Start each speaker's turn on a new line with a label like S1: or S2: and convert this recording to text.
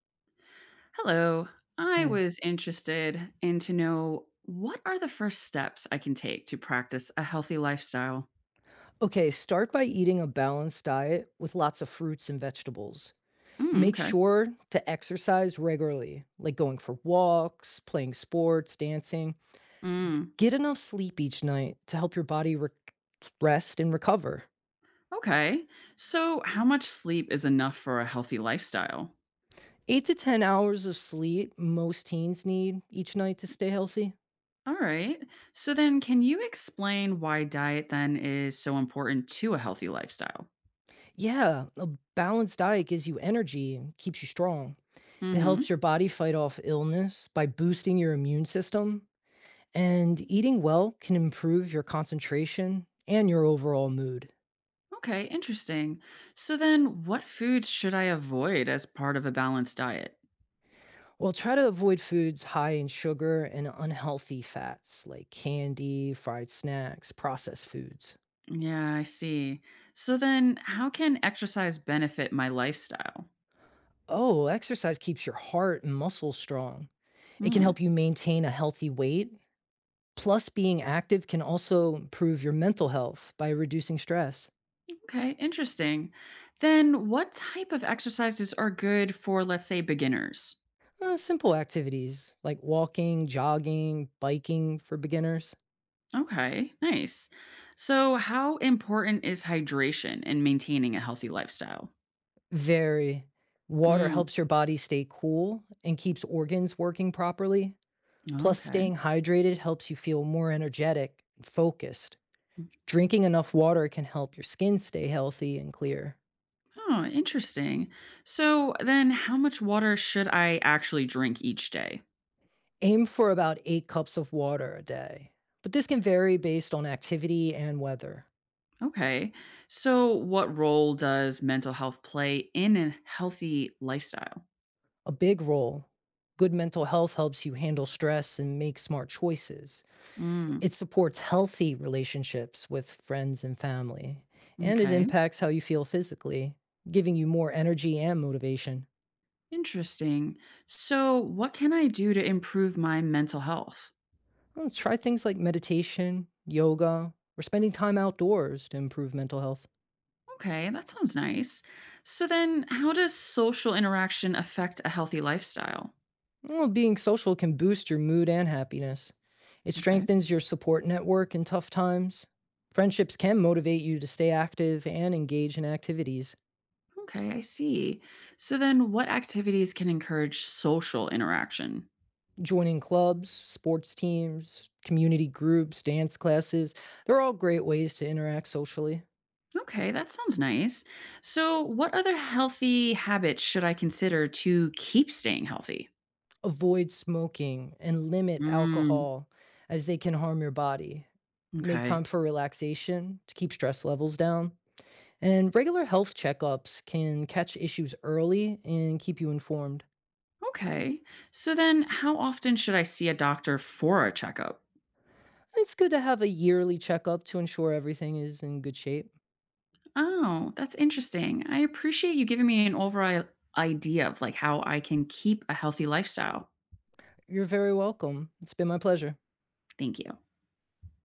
S1: Hello. I
S2: Hey.
S1: was interested in to know what are the first steps I can take to practice a healthy lifestyle?
S2: Okay, start by eating a balanced diet with lots of fruits and vegetables.
S1: Mm,
S2: Make
S1: okay.
S2: sure to exercise regularly, like going for walks, playing sports, dancing.
S1: Mm,
S2: Get enough sleep each night to help your body rest and recover.
S1: okay. So, how much sleep is enough for a healthy lifestyle?
S2: Eight to 10 hours of sleep most teens need each night to stay healthy.
S1: All right. So, then can you explain why diet then is so important to a healthy lifestyle?
S2: Yeah, a balanced diet gives you energy and keeps you strong. It helps
S1: Mm-hmm.
S2: your body fight off illness by boosting your immune system. And eating well can improve your concentration and your overall mood.
S1: Okay. Interesting. So, then what foods should I avoid as part of a balanced diet?
S2: Well, try to avoid foods high in sugar and unhealthy fats like candy, fried snacks, processed foods.
S1: Yeah, I see. So then, how can exercise benefit my lifestyle?
S2: Oh, exercise keeps your heart and muscles strong. It can
S1: Hmm.
S2: help you maintain a healthy weight. Plus, being active can also improve your mental health by reducing stress.
S1: Okay, interesting. Then, what type of exercises are good for, let's say, beginners?
S2: Simple activities like walking, jogging, biking for beginners.
S1: Okay, nice. So, how important is hydration in maintaining a healthy lifestyle?
S2: Very. Water
S1: Hmm.
S2: helps your body stay cool and keeps organs working properly. Plus,
S1: Okay.
S2: staying hydrated helps you feel more energetic and focused. Drinking enough water can help your skin stay healthy and clear.
S1: Oh, interesting. So, then, how much water should I actually drink each day?
S2: Aim for about eight cups of water a day, but this can vary based on activity and weather.
S1: Okay. So, what role does mental health play in a healthy lifestyle?
S2: A big role, good mental health helps you handle stress and make smart choices.
S1: Mm,
S2: It supports healthy relationships with friends and family, and it
S1: okay.
S2: impacts how you feel physically, giving you more energy and motivation.
S1: Interesting. So, what can I do to improve my mental health?
S2: Well, try things like meditation, yoga, or spending time outdoors to improve mental health.
S1: Okay, that sounds nice. So, then how does social interaction affect a healthy lifestyle?
S2: Well, being social can boost your mood and happiness. It
S1: Okay.
S2: strengthens your support network in tough times. Friendships can motivate you to stay active and engage in activities,
S1: Okay, I see. So, then what activities can encourage social interaction?
S2: joining clubs, sports teams, community groups, dance classes. They're all great ways to interact socially.
S1: Okay, that sounds nice. So, what other healthy habits should I consider to keep staying healthy?
S2: Avoid smoking and limit
S1: Mm,
S2: alcohol as they can harm your body. Make
S1: okay.
S2: time for relaxation to keep stress levels down. And regular health checkups can catch issues early and keep you informed.
S1: Okay. So then how often should I see a doctor for a checkup?
S2: It's good to have a yearly checkup to ensure everything is in good shape.
S1: Oh, that's interesting. I appreciate you giving me an overall idea of like how I can keep a healthy lifestyle.
S2: You're very welcome. It's been my pleasure.
S1: Thank you.